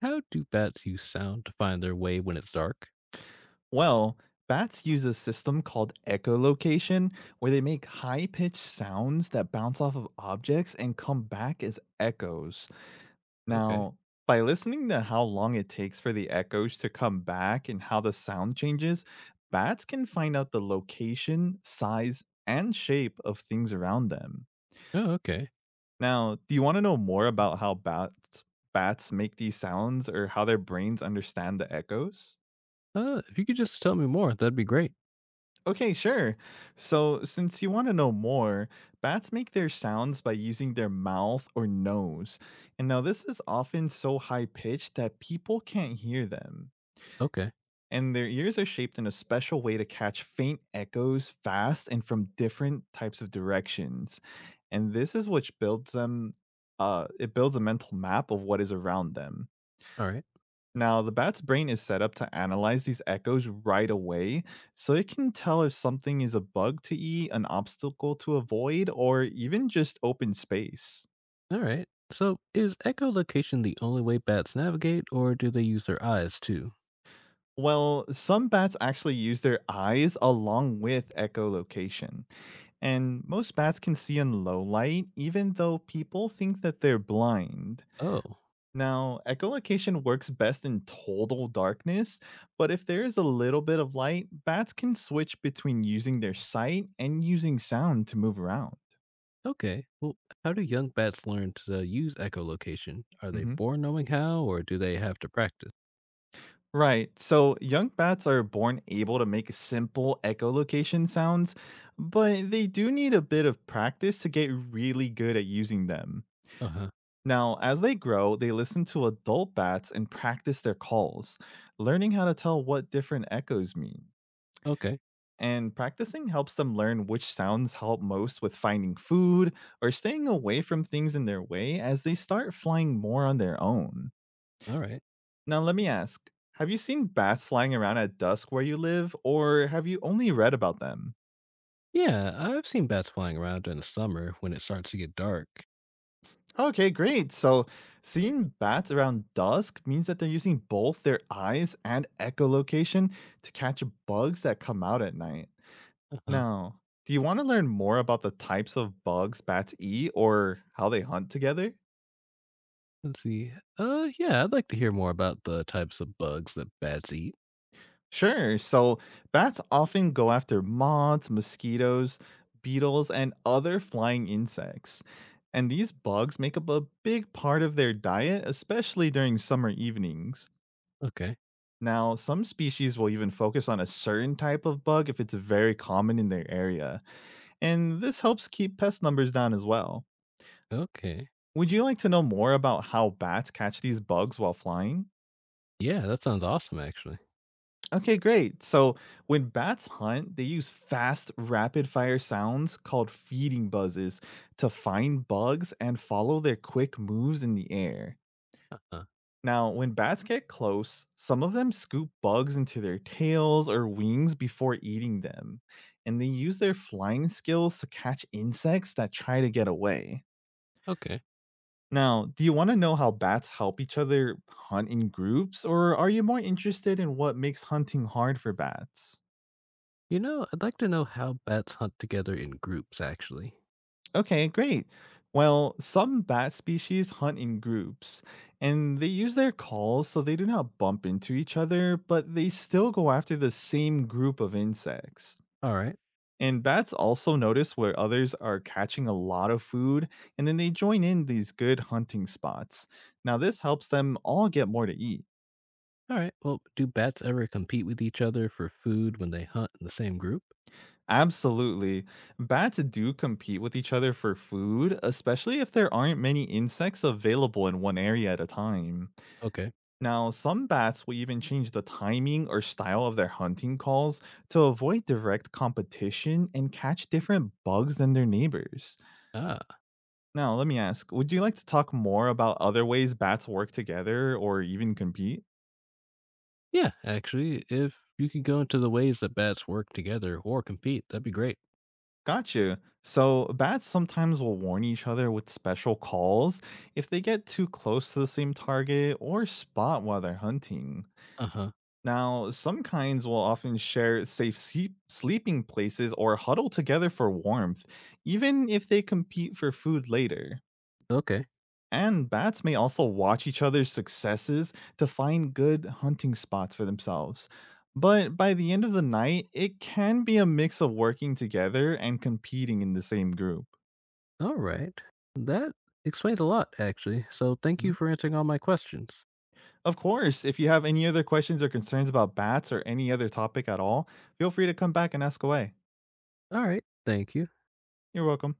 How do bats use sound to find their way when it's dark? Well, bats use a system called echolocation where they make high pitched sounds that bounce off of objects and come back as echoes. Okay. Now, by listening to how long it takes for the echoes to come back and how the sound changes, bats can find out the location, size, and shape of things around them. Oh, okay. Now, do you want to know more about how bats make these sounds or how their brains understand the echoes? If you could just tell me more, that'd be great. Okay, sure. So, since you want to know more, bats make their sounds by using their mouth or nose. And now, this is often so high pitched that people can't hear them. Okay. And their ears are shaped in a special way to catch faint echoes fast and from different types of directions. And this is which builds them, it builds a mental map of what is around them. All right. Now, the bat's brain is set up to analyze these echoes right away, so it can tell if something is a bug to eat, an obstacle to avoid, or even just open space. All right. So, is echolocation the only way bats navigate, or do they use their eyes too? Well, some bats actually use their eyes along with echolocation, and most bats can see in low light, even though people think that they're blind. Oh, Now, echolocation works best in total darkness, but if there is a little bit of light, bats can switch between using their sight and using sound to move around. okay. Well, how do young bats learn to use echolocation? Are they Mhm. born knowing how, or do they have to practice? Right, so young bats are born able to make simple echolocation sounds, but they do need a bit of practice to get really good at using them. Uh huh. Now, as they grow, they listen to adult bats and practice their calls, learning how to tell what different echoes mean. Okay. And practicing helps them learn which sounds help most with finding food or staying away from things in their way as they start flying more on their own. All right. Now, let me ask, have you seen bats flying around at dusk where you live, or have you only read about them? Yeah, I've seen bats flying around during the summer when it starts to get dark. Okay, great. So, seeing bats around dusk means that they're using both their eyes and echolocation to catch bugs that come out at night. Uh huh. Now, do you want to learn more about the types of bugs bats eat or how they hunt together? Let's see. Yeah, I'd like to hear more about the types of bugs that bats eat. Sure. So bats often go after moths, mosquitoes, beetles, and other flying insects. And these bugs make up a big part of their diet, especially during summer evenings. Okay. Now, some species will even focus on a certain type of bug if it's very common in their area. And this helps keep pest numbers down as well. Okay. Would you like to know more about how bats catch these bugs while flying? Yeah, that sounds awesome, actually. Okay, great. So when bats hunt, they use fast, rapid fire sounds called feeding buzzes to find bugs and follow their quick moves in the air. Uh-huh. Now, when bats get close, some of them scoop bugs into their tails or wings before eating them, and they use their flying skills to catch insects that try to get away. Okay. Now, do you want to know how bats help each other hunt in groups, or are you more interested in what makes hunting hard for bats? You know, I'd like to know how bats hunt together in groups, actually. Okay, great. Well, some bat species hunt in groups and they use their calls so they do not bump into each other, but they still go after the same group of insects. All right. And bats also notice where others are catching a lot of food and then they join in these good hunting spots. Now, this helps them all get more to eat. All right. Well, do bats ever compete with each other for food when they hunt in the same group? Absolutely. Bats do compete with each other for food, especially if there aren't many insects available in one area at a time. Okay. Now, some bats will even change the timing or style of their hunting calls to avoid direct competition and catch different bugs than their neighbors. Ah, Now, let me ask, would you like to talk more about other ways bats work together or even compete? yeah, actually, if you could go into the ways that bats work together or compete, that'd be great. Gotcha. So, bats sometimes will warn each other with special calls if they get too close to the same target or spot while they're hunting. Uh huh. Now, some kinds will often share safe sleeping places or huddle together for warmth, even if they compete for food later. Okay. And bats may also watch each other's successes to find good hunting spots for themselves. But by the end of the night, it can be a mix of working together and competing in the same group. All right. That explains a lot, actually. So thank you Mhm. for answering all my questions. Of course, if you have any other questions or concerns about bats or any other topic at all, feel free to come back and ask away. All right. Thank you. You're welcome.